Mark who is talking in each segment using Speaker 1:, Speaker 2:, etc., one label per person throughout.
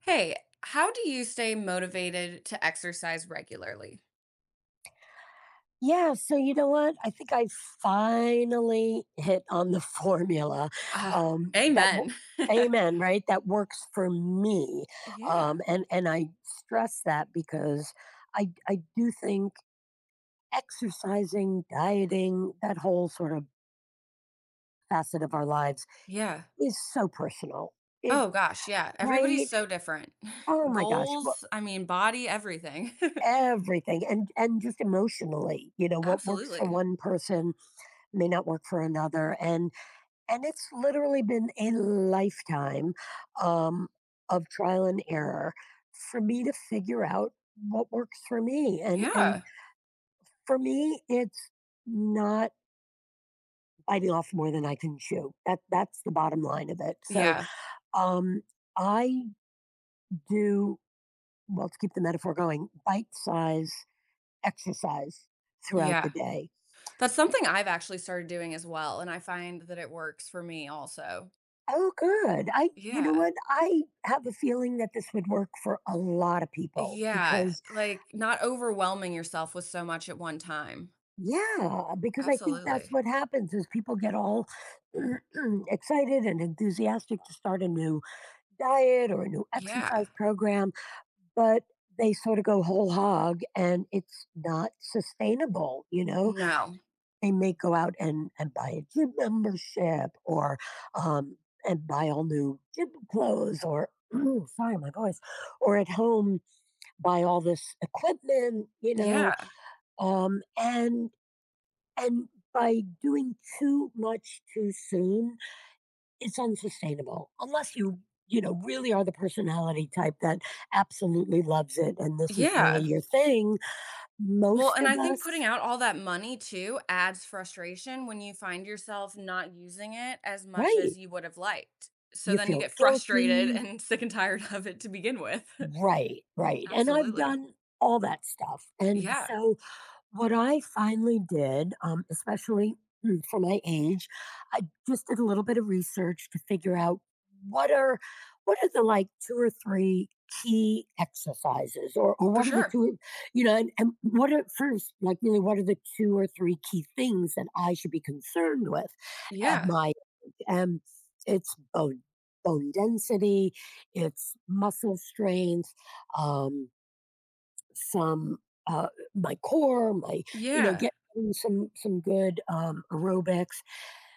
Speaker 1: Hey, how do you stay motivated to exercise regularly?
Speaker 2: Yeah, so you know what? I think I finally hit on the formula
Speaker 1: Ah,
Speaker 2: um, that, wo-
Speaker 1: amen.
Speaker 2: amen, right? That works for me,
Speaker 1: Yeah.
Speaker 2: and I stress that because I do think exercising, dieting, that whole sort of facet of our lives
Speaker 1: Yeah.
Speaker 2: is so personal. It.
Speaker 1: Oh gosh, yeah. Everybody's
Speaker 2: Right?
Speaker 1: so different.
Speaker 2: Oh my gosh, what
Speaker 1: Goals, I mean, body, everything.
Speaker 2: everything and just emotionally, what works for
Speaker 1: Absolutely.
Speaker 2: one person may not work for another, and it's literally been a lifetime um, of trial and error for me to figure out what works for me and
Speaker 1: Yeah.
Speaker 2: for me it's not biting off more than I can chew. That's the bottom line of it. So
Speaker 1: Yeah.
Speaker 2: um I do well to keep the metaphor going, bite size exercise throughout the
Speaker 1: Yeah.
Speaker 2: day.
Speaker 1: That's something I've actually started doing as well, and I find that it works for me also.
Speaker 2: Oh good. I You know
Speaker 1: Yeah.
Speaker 2: what? I have a feeling that this would work for a lot of people
Speaker 1: Yeah.
Speaker 2: because...
Speaker 1: Like not overwhelming yourself with so much at one time.
Speaker 2: Yeah, because I think that's
Speaker 1: Absolutely.
Speaker 2: what happens is people get all excited and enthusiastic to start a new diet or a new
Speaker 1: Yeah.
Speaker 2: exercise program, but they sort of go whole hog and it's not sustainable, you know?
Speaker 1: No.
Speaker 2: They may go out and buy a gym membership, or um, and buy all new gym clothes, or sorry, my voice, or at home buy all this equipment,
Speaker 1: Yeah.
Speaker 2: um, and and by doing too much too soon, it's unsustainable. Unless you, you know, really are the personality type that absolutely loves it and this is really
Speaker 1: Yeah.
Speaker 2: your thing.
Speaker 1: Well,
Speaker 2: Most
Speaker 1: and
Speaker 2: of
Speaker 1: I think
Speaker 2: us...
Speaker 1: putting out all that money too adds frustration when you find yourself not using it as much
Speaker 2: right.
Speaker 1: as you would have liked. So
Speaker 2: You
Speaker 1: then you
Speaker 2: feel
Speaker 1: get frustrated
Speaker 2: guilty.
Speaker 1: and sick and tired of it to begin with.
Speaker 2: Right, right. And I've
Speaker 1: Absolutely.
Speaker 2: done all that stuff. And
Speaker 1: Yeah,
Speaker 2: so what I finally did, especially, for my age, I just did a little bit of research to figure out what are what are the, like, two or three key exercises, or
Speaker 1: for
Speaker 2: what are the
Speaker 1: sure.
Speaker 2: two, you know, and what are first, like, really, what are the two or three key things that I should be concerned with at
Speaker 1: Yeah.
Speaker 2: my um it's bone density, it's muscle strength, um some uh, my core, my—
Speaker 1: Yeah.
Speaker 2: get in some good aerobics.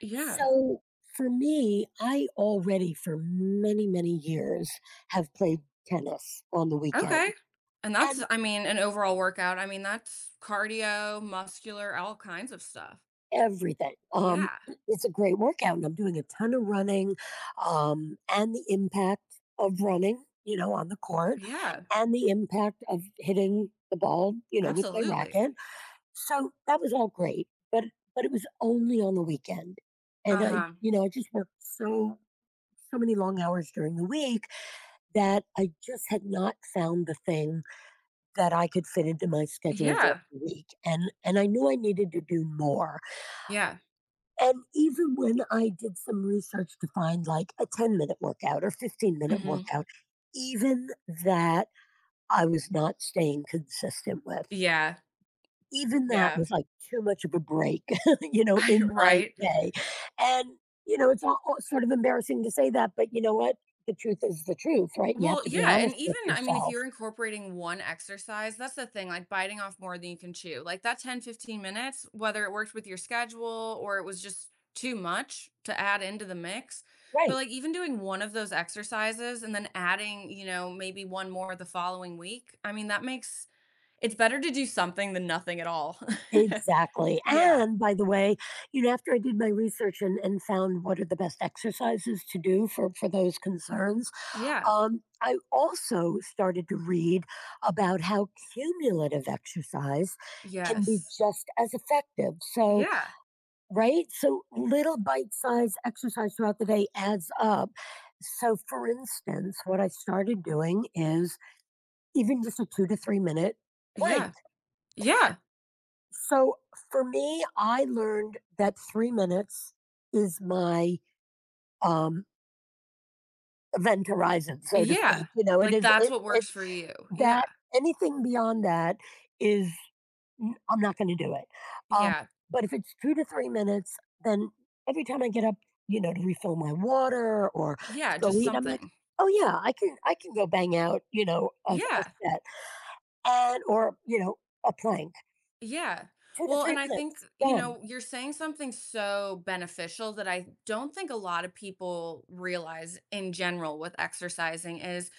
Speaker 1: Yeah.
Speaker 2: So for me, I already for many, many years have played tennis on the
Speaker 1: Okay.
Speaker 2: weekend
Speaker 1: And that's,
Speaker 2: and
Speaker 1: I mean, an overall workout. I mean, that's cardio, muscular, all kinds of stuff.
Speaker 2: everything.
Speaker 1: Yeah.
Speaker 2: It's a great workout, and I'm doing a ton of running, and the impact of running, you know, on the court,
Speaker 1: Yeah.
Speaker 2: and the impact of hitting the ball, you know, with my
Speaker 1: Absolutely.
Speaker 2: racket. So that was all great, but it was only on the weekend, and
Speaker 1: Uh
Speaker 2: I,
Speaker 1: huh.
Speaker 2: you know, I just worked so many long hours during the week that I just had not found the thing that I could fit into my schedule during
Speaker 1: Yeah.
Speaker 2: the week, and I knew I needed to do more.
Speaker 1: Yeah.
Speaker 2: And even when I did some research to find, like, a 10 minute workout or 15 minute
Speaker 1: Hmm.
Speaker 2: workout, even that, I was not staying consistent with.
Speaker 1: Yeah.
Speaker 2: Even that
Speaker 1: Yeah.
Speaker 2: was, like, too much of a break, you know, in my
Speaker 1: Right.
Speaker 2: day. And, you know, it's all sort of embarrassing to say that, but you know what? The truth is the truth, right? And you have
Speaker 1: Well,
Speaker 2: to be
Speaker 1: yeah, and
Speaker 2: honest with
Speaker 1: even I mean, if
Speaker 2: yourself.
Speaker 1: you're incorporating one exercise, that's the thing, like biting off more than you can chew. Like that 10-15 minutes, whether it worked with your schedule or it was just too much to add into the mix. But
Speaker 2: Right.
Speaker 1: like even doing one of those exercises and then adding, you know, maybe one more the following week. I mean, that makes it's better to do something than nothing at all.
Speaker 2: Exactly,
Speaker 1: Yeah.
Speaker 2: and by the way, you know, after I did my research and found what are the best exercises to do for those concerns,
Speaker 1: Yeah.
Speaker 2: I also started to read about how cumulative exercise can be
Speaker 1: Yes.
Speaker 2: just as effective, so...
Speaker 1: Yeah.
Speaker 2: right? So little bite-sized exercise throughout the day adds up. So, for instance, what I started doing is even just a 2 to 3 minute plank.
Speaker 1: Yeah. Yeah.
Speaker 2: So for me, I learned that 3 minutes is my, um, event horizon, so to
Speaker 1: Yeah.
Speaker 2: speak. You know, it
Speaker 1: Like
Speaker 2: is,
Speaker 1: that's
Speaker 2: it
Speaker 1: what works
Speaker 2: it's
Speaker 1: for you.
Speaker 2: that—
Speaker 1: Yeah.
Speaker 2: anything beyond that is... N I'm not gonna do it. Um,
Speaker 1: Yeah.
Speaker 2: but if it's 2 to 3 minutes, then every time I get up, you know, to refill my water or to
Speaker 1: Yeah,
Speaker 2: go
Speaker 1: just
Speaker 2: eat, I'm like,
Speaker 1: something.
Speaker 2: "Oh, yeah, I can— I can go bang out, you know, a
Speaker 1: Yeah.
Speaker 2: set, and or, you know, a plank.
Speaker 1: Yeah.
Speaker 2: 2 to
Speaker 1: Well,
Speaker 2: 3
Speaker 1: and I think,
Speaker 2: minutes,
Speaker 1: you
Speaker 2: done."
Speaker 1: know, you're saying something so beneficial that I don't think a lot of people realize in general with exercising is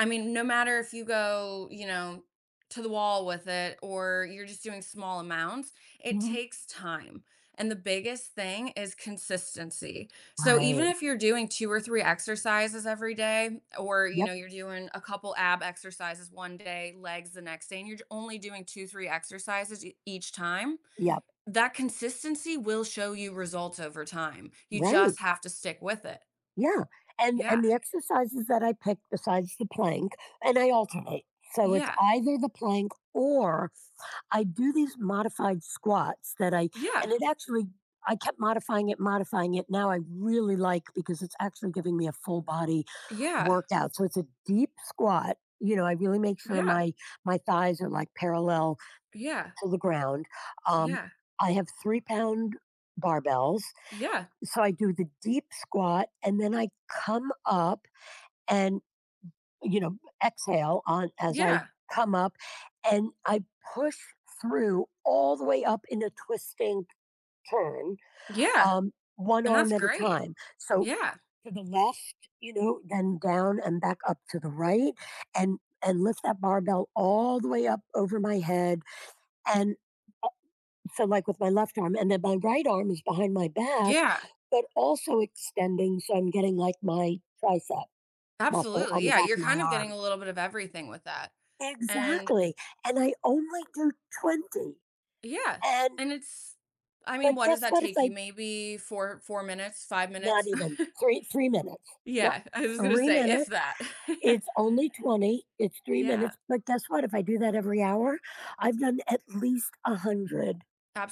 Speaker 1: I mean, no matter if you go, you know, to the wall with it or you're just doing small amounts, it
Speaker 2: Mhm.
Speaker 1: takes time. And the biggest thing is consistency. So even
Speaker 2: Right.
Speaker 1: if you're doing two or three exercises every day, or you
Speaker 2: Yep,
Speaker 1: know, you're doing a couple ab exercises one day, legs the next day, and you're only doing two, three exercises each time,
Speaker 2: yep.
Speaker 1: that consistency will show you results over time. You
Speaker 2: Right.
Speaker 1: just have to stick with it.
Speaker 2: Yeah. And
Speaker 1: Yeah.
Speaker 2: and the exercises that I pick besides the plank— and I alternate. So it's
Speaker 1: Yeah.
Speaker 2: either the plank or I do these modified squats that I—
Speaker 1: Yeah.
Speaker 2: and it actually— I kept modifying it, modifying it. Now I really like, because it's actually giving me a full body
Speaker 1: Yeah.
Speaker 2: workout. So it's a deep squat. You know, I really make sure
Speaker 1: Yeah.
Speaker 2: my thighs are, like, parallel
Speaker 1: Yeah.
Speaker 2: to the ground. Um,
Speaker 1: Yeah,
Speaker 2: I have 3 pound barbells,
Speaker 1: yeah,
Speaker 2: so I do the deep squat, and then I come up and, you know, exhale on, as I
Speaker 1: yeah,
Speaker 2: come up, and I push through all the way up in a twisting turn,
Speaker 1: yeah,
Speaker 2: one
Speaker 1: and
Speaker 2: arm
Speaker 1: that's
Speaker 2: at a
Speaker 1: great.
Speaker 2: time. So
Speaker 1: Yeah,
Speaker 2: to the left, you know, then down and back up to the right, and lift that barbell all the way up over my head. And so like with my left arm, and then my right arm is behind my back,
Speaker 1: yeah,
Speaker 2: but also extending. So I'm getting, like, my tricep muscle on
Speaker 1: absolutely,
Speaker 2: the
Speaker 1: yeah,
Speaker 2: back
Speaker 1: you're
Speaker 2: of my
Speaker 1: kind of getting
Speaker 2: arm.
Speaker 1: a little bit of everything with that, and
Speaker 2: Exactly, and I only do 20,
Speaker 1: yeah,
Speaker 2: and—
Speaker 1: and it's I mean,
Speaker 2: but
Speaker 1: what does
Speaker 2: guess
Speaker 1: that
Speaker 2: what, if
Speaker 1: take
Speaker 2: I—
Speaker 1: you? Maybe 4 minutes, 5
Speaker 2: not
Speaker 1: minutes?
Speaker 2: even 3 minutes, not
Speaker 1: Yeah, I was gonna
Speaker 2: 3
Speaker 1: say, if
Speaker 2: minutes,
Speaker 1: that.
Speaker 2: it's only 20, it's 3
Speaker 1: Yeah.
Speaker 2: minutes, but guess what, if I do that every hour? I've done at least 100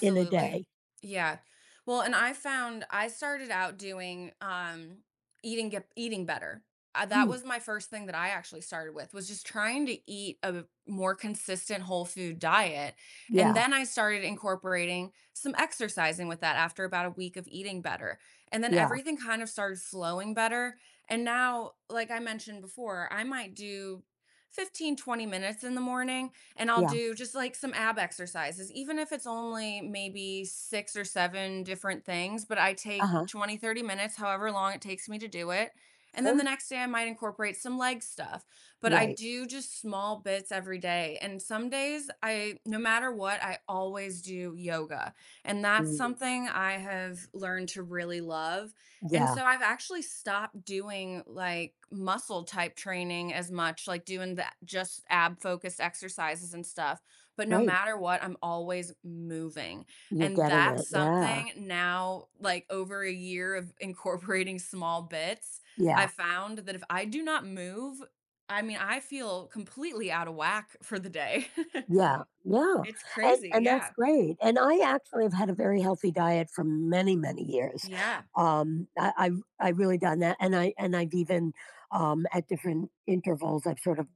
Speaker 2: in a day.
Speaker 1: Yeah. Well, and I found I started out doing eating better. That
Speaker 2: Mm,
Speaker 1: was my first thing that I actually started with was just trying to eat a more consistent whole food diet. And
Speaker 2: yeah,
Speaker 1: then I started incorporating some exercising with that after about a week of eating better. And then
Speaker 2: yeah,
Speaker 1: everything kind of started flowing better. And now, like I mentioned before, I might do 15-20 minutes in the morning and I'll
Speaker 2: yeah,
Speaker 1: do just like some ab exercises, even if it's only maybe six or seven different things, but I take
Speaker 2: uh-huh,
Speaker 1: 20, 30 minutes, however long it takes me to do it. And then the
Speaker 2: sure,
Speaker 1: next day, I might incorporate some leg stuff, but I
Speaker 2: right,
Speaker 1: do just small bits every day. And some days, I, no matter what, I always do yoga. And that's
Speaker 2: mm,
Speaker 1: something I have learned to really love. And
Speaker 2: yeah,
Speaker 1: so I've actually stopped doing like muscle type training as much, like doing the just ab focused exercises and stuff. But no
Speaker 2: right,
Speaker 1: matter what, I'm always moving.
Speaker 2: you're
Speaker 1: And
Speaker 2: getting it,
Speaker 1: that's
Speaker 2: yeah,
Speaker 1: something now, like over a year of incorporating small bits,
Speaker 2: yeah.
Speaker 1: I found that if I do not move, I mean, I feel completely out of whack for the day.
Speaker 2: Yeah, yeah,
Speaker 1: It's
Speaker 2: and
Speaker 1: crazy.
Speaker 2: that's
Speaker 1: Yeah.
Speaker 2: great, and I actually have had a very healthy diet for many, many years.
Speaker 1: Yeah.
Speaker 2: I really done that, and I— and I've even, at different intervals, I've sort of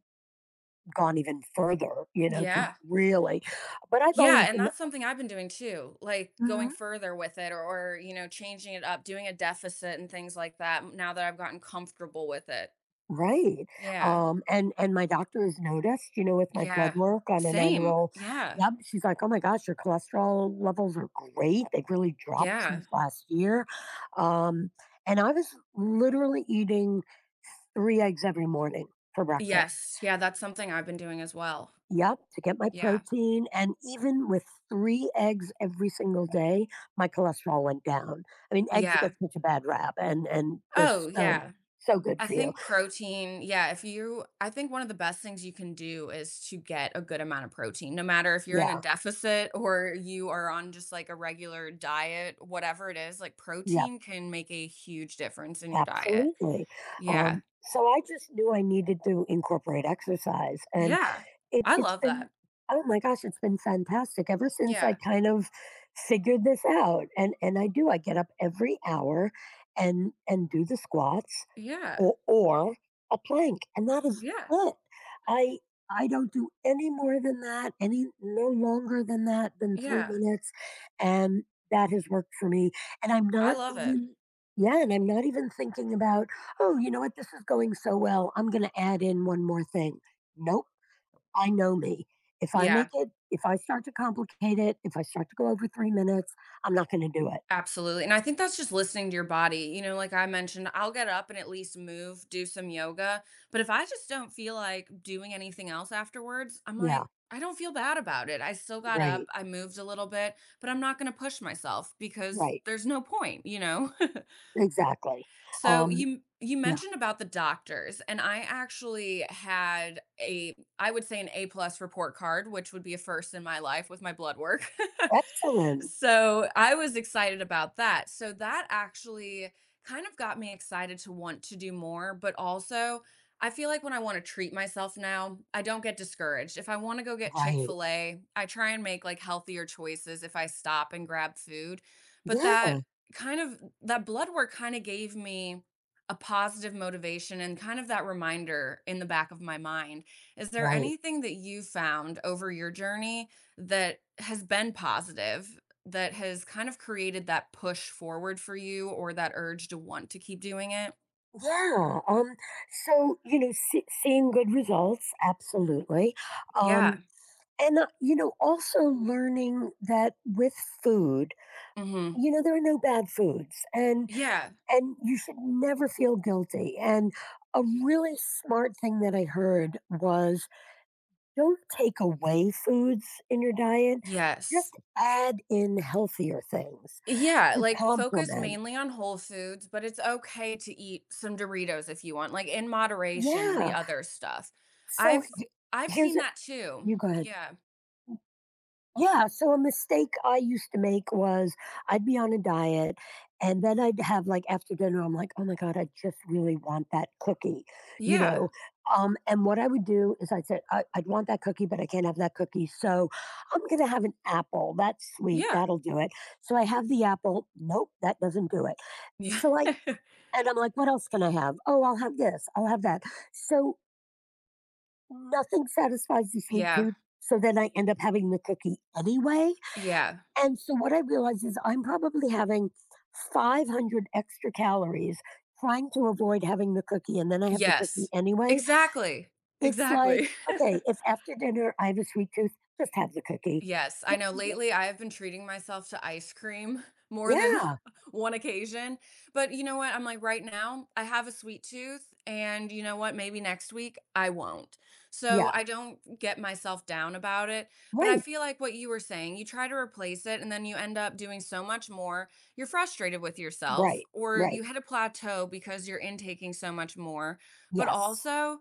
Speaker 2: gone even further, you know, to
Speaker 1: Yeah.
Speaker 2: really— but I've always
Speaker 1: Yeah, and
Speaker 2: been...
Speaker 1: that's something I've been doing too, like, going
Speaker 2: Mhm.
Speaker 1: further with it or, you know, changing it up, doing a deficit and things like that m now that I've gotten comfortable with it.
Speaker 2: Right,
Speaker 1: Yeah.
Speaker 2: and my doctor has noticed, you know, with my blood
Speaker 1: Yeah.
Speaker 2: work on an
Speaker 1: Same.
Speaker 2: annual—
Speaker 1: Yeah.
Speaker 2: Yep, she's like, "Oh my gosh, your cholesterol levels are great. They've really dropped
Speaker 1: Yeah.
Speaker 2: since last year." Um, and I was literally eating 3 eggs every morning for breakfast.
Speaker 1: Yes. Yeah, that's something I've been doing as well.
Speaker 2: Yep, to get my
Speaker 1: Yeah.
Speaker 2: protein, and even with 3 eggs every single day, my cholesterol went down. I mean, eggs get
Speaker 1: Yeah.
Speaker 2: such a bad rap, and they're
Speaker 1: Oh,
Speaker 2: so,
Speaker 1: yeah.
Speaker 2: so good
Speaker 1: I
Speaker 2: for you.
Speaker 1: think protein, yeah, if you I think one of the best things you can do is to get a good amount of protein, no matter if you're in a
Speaker 2: Yeah,
Speaker 1: deficit or you are on just like a regular diet, whatever it is, like
Speaker 2: yeah.
Speaker 1: protein can make a huge difference in your diet.
Speaker 2: Absolutely.
Speaker 1: Yeah.
Speaker 2: So I just knew I needed to incorporate exercise. And
Speaker 1: Yeah.
Speaker 2: it
Speaker 1: I
Speaker 2: it's
Speaker 1: love
Speaker 2: been—
Speaker 1: that.
Speaker 2: oh my gosh, it's been fantastic ever since I
Speaker 1: Yeah.
Speaker 2: kind of figured this out, and I do, I get up every hour and do the squats
Speaker 1: Yeah.
Speaker 2: or a plank, and that is
Speaker 1: Yeah.
Speaker 2: it. I— I don't do any more than that, any— no longer than that, than 3
Speaker 1: Yeah.
Speaker 2: minutes, and that has worked for me, and I'm
Speaker 1: I
Speaker 2: not
Speaker 1: love it.
Speaker 2: even— yeah, and I'm not even thinking about, "Oh, you know what? This is going so well. I'm gonna add in one more thing." Nope. I know me. If I make
Speaker 1: Yeah.
Speaker 2: it— if I start to complicate it, if I start to go over 3 minutes, I'm not going to do it.
Speaker 1: Absolutely, and I think that's just listening to your body, you know, like I mentioned, I'll get up and at least move, do some yoga, but if I just don't feel like doing anything else afterwards, I'm
Speaker 2: Yeah,
Speaker 1: like, I don't feel bad about it. I still got up,
Speaker 2: right,
Speaker 1: I moved a little bit, but I'm not gonna push myself because
Speaker 2: right,
Speaker 1: there's no point, you know?
Speaker 2: exactly.
Speaker 1: So
Speaker 2: Um,
Speaker 1: you
Speaker 2: yeah,
Speaker 1: mentioned about the doctors, and I actually had a I would say an A plus report card, which would be a first in my life with my blood work.
Speaker 2: excellent.
Speaker 1: So I was excited about that. So that actually kind of got me excited to want to do more, but also I feel like when I want to treat myself now, I don't get discouraged. If I want to go get
Speaker 2: Right.
Speaker 1: Chick-fil-A, I try and make like healthier choices if I stop and grab food. But
Speaker 2: Yeah,
Speaker 1: that kind of that blood work kind of gave me a positive motivation and kind of that reminder in the back of my mind. Is there
Speaker 2: right.
Speaker 1: anything that you found over your journey that has been positive that has kind of created that push forward for you or that urge to want to keep doing it?
Speaker 2: Yeah. So, you know, see— seeing good results, absolutely. Um,
Speaker 1: Yeah.
Speaker 2: and, you know, also learning that with food,
Speaker 1: Mhm.
Speaker 2: you know, there are no bad foods. And—
Speaker 1: Yeah.
Speaker 2: and you should never feel guilty. And a really smart thing that I heard was, don't take away foods in your diet,
Speaker 1: Yes.
Speaker 2: just add in healthier things
Speaker 1: Yeah,
Speaker 2: to
Speaker 1: like focus
Speaker 2: complement.
Speaker 1: mainly on whole foods, but it's okay to eat some Doritos if you want, like in moderation, the
Speaker 2: Yeah.
Speaker 1: other stuff.
Speaker 2: So
Speaker 1: I've I've
Speaker 2: here's
Speaker 1: seen
Speaker 2: a—
Speaker 1: that too.
Speaker 2: you go ahead.
Speaker 1: Yeah.
Speaker 2: Yeah, so a mistake I used to make was, I'd be on a diet and then I'd have, like, after dinner I'm like, "Oh my god, I just really want that cookie." You
Speaker 1: Yeah.
Speaker 2: know? And what I would do is I'd say, "I'd want that cookie, but I can't have that cookie. So, I'm going to have an apple. That's sweet.
Speaker 1: Yeah.
Speaker 2: That'll do it." So I have the apple. Nope, that doesn't do it.
Speaker 1: Yeah.
Speaker 2: So I and I'm like, "What else can I have?" "Oh, I'll have this. I'll have that." So nothing satisfies the sweet
Speaker 1: Yeah.
Speaker 2: tooth. So then I end up having the cookie anyway,
Speaker 1: Yeah.
Speaker 2: and so what I realize is I'm probably having 500 extra calories trying to avoid having the cookie, and then I have the cookie
Speaker 1: Yes.
Speaker 2: anyway.
Speaker 1: Exactly.
Speaker 2: It's
Speaker 1: Exactly.
Speaker 2: like, okay, if after dinner I have a sweet tooth, just have the cookie.
Speaker 1: Yes, I know lately I have been treating myself to ice cream more than
Speaker 2: Yeah,
Speaker 1: one occasion. But you know what? I'm like, right now, I have a sweet tooth. And you know what? Maybe next week I won't. So
Speaker 2: yeah,
Speaker 1: I don't get myself down about it. But I
Speaker 2: right,
Speaker 1: feel like what you were saying, you try to replace it and then you end up doing so much more. You're frustrated with yourself
Speaker 2: right,
Speaker 1: or you
Speaker 2: right.
Speaker 1: hit a plateau because you're intaking so much more. But
Speaker 2: Yes,
Speaker 1: also,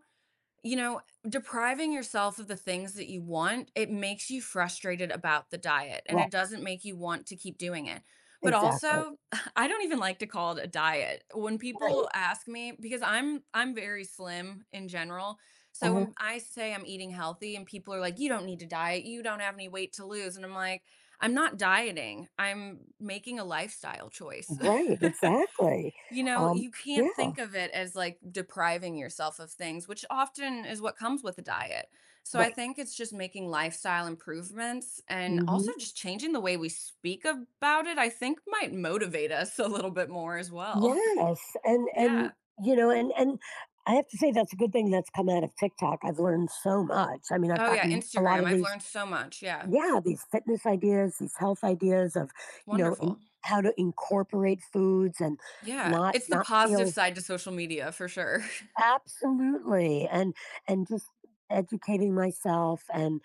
Speaker 1: you know, depriving yourself of the things that you want, it makes you frustrated about the diet and
Speaker 2: right,
Speaker 1: it doesn't make you want to keep doing it. But
Speaker 2: exactly,
Speaker 1: also, I don't even like to call it a diet. When
Speaker 2: right,
Speaker 1: people ask me because I'm very slim in general. So
Speaker 2: uh,
Speaker 1: when I say I'm eating healthy and people are like, "You don't need to diet. You don't have any weight to lose." And I'm like, "I'm not dieting. I'm making a lifestyle choice."
Speaker 2: right, exactly.
Speaker 1: You know,
Speaker 2: Um,
Speaker 1: you can't
Speaker 2: yeah,
Speaker 1: think of it as, like, depriving yourself of things, which often is what comes with a diet. So I
Speaker 2: right.
Speaker 1: think it's just making lifestyle improvements and
Speaker 2: Hmm.
Speaker 1: also just changing the way we speak about it, I think might motivate us a little bit more as well.
Speaker 2: Yes, and,
Speaker 1: Yeah.
Speaker 2: you know, and I have to say that's a good thing that's come out of TikTok. I've learned so much. I mean, I've
Speaker 1: Oh, yeah,
Speaker 2: gotten a lot
Speaker 1: Instagram,
Speaker 2: of
Speaker 1: I've
Speaker 2: these—
Speaker 1: learned so much, yeah.
Speaker 2: yeah, these fitness ideas, these health ideas of,
Speaker 1: It's
Speaker 2: you know, in—
Speaker 1: wonderful.
Speaker 2: how to incorporate foods and
Speaker 1: Yeah,
Speaker 2: not—
Speaker 1: it's the
Speaker 2: not
Speaker 1: positive
Speaker 2: feel...
Speaker 1: side to social media for sure.
Speaker 2: Absolutely, and just educating myself, and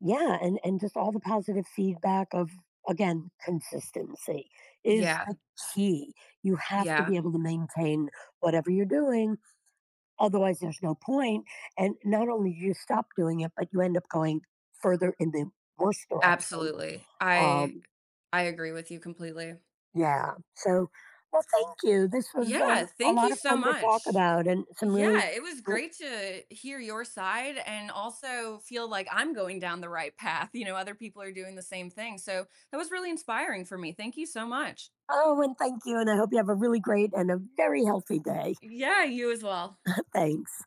Speaker 2: yeah, and just all the positive feedback of, again, consistency is
Speaker 1: Yeah,
Speaker 2: the key. You have to
Speaker 1: yeah,
Speaker 2: be able to maintain whatever you're doing, otherwise there's no point. And not only do you stop doing it, but you end up going further in the worst direction.
Speaker 1: absolutely. I
Speaker 2: Um
Speaker 1: I agree with you completely.
Speaker 2: yeah. So... well, thank you. This was,
Speaker 1: Yeah,
Speaker 2: a
Speaker 1: thank
Speaker 2: lot
Speaker 1: you
Speaker 2: of
Speaker 1: so
Speaker 2: fun to talk
Speaker 1: much.
Speaker 2: about and some really—
Speaker 1: Yeah, it was great to hear your side and also feel like I'm going down the right path. You know, other people are doing the same thing. So that was really inspiring for me. Thank you so much.
Speaker 2: Oh, and thank you, and I hope you have a really great and a very healthy day.
Speaker 1: Yeah, you as well.
Speaker 2: Thanks.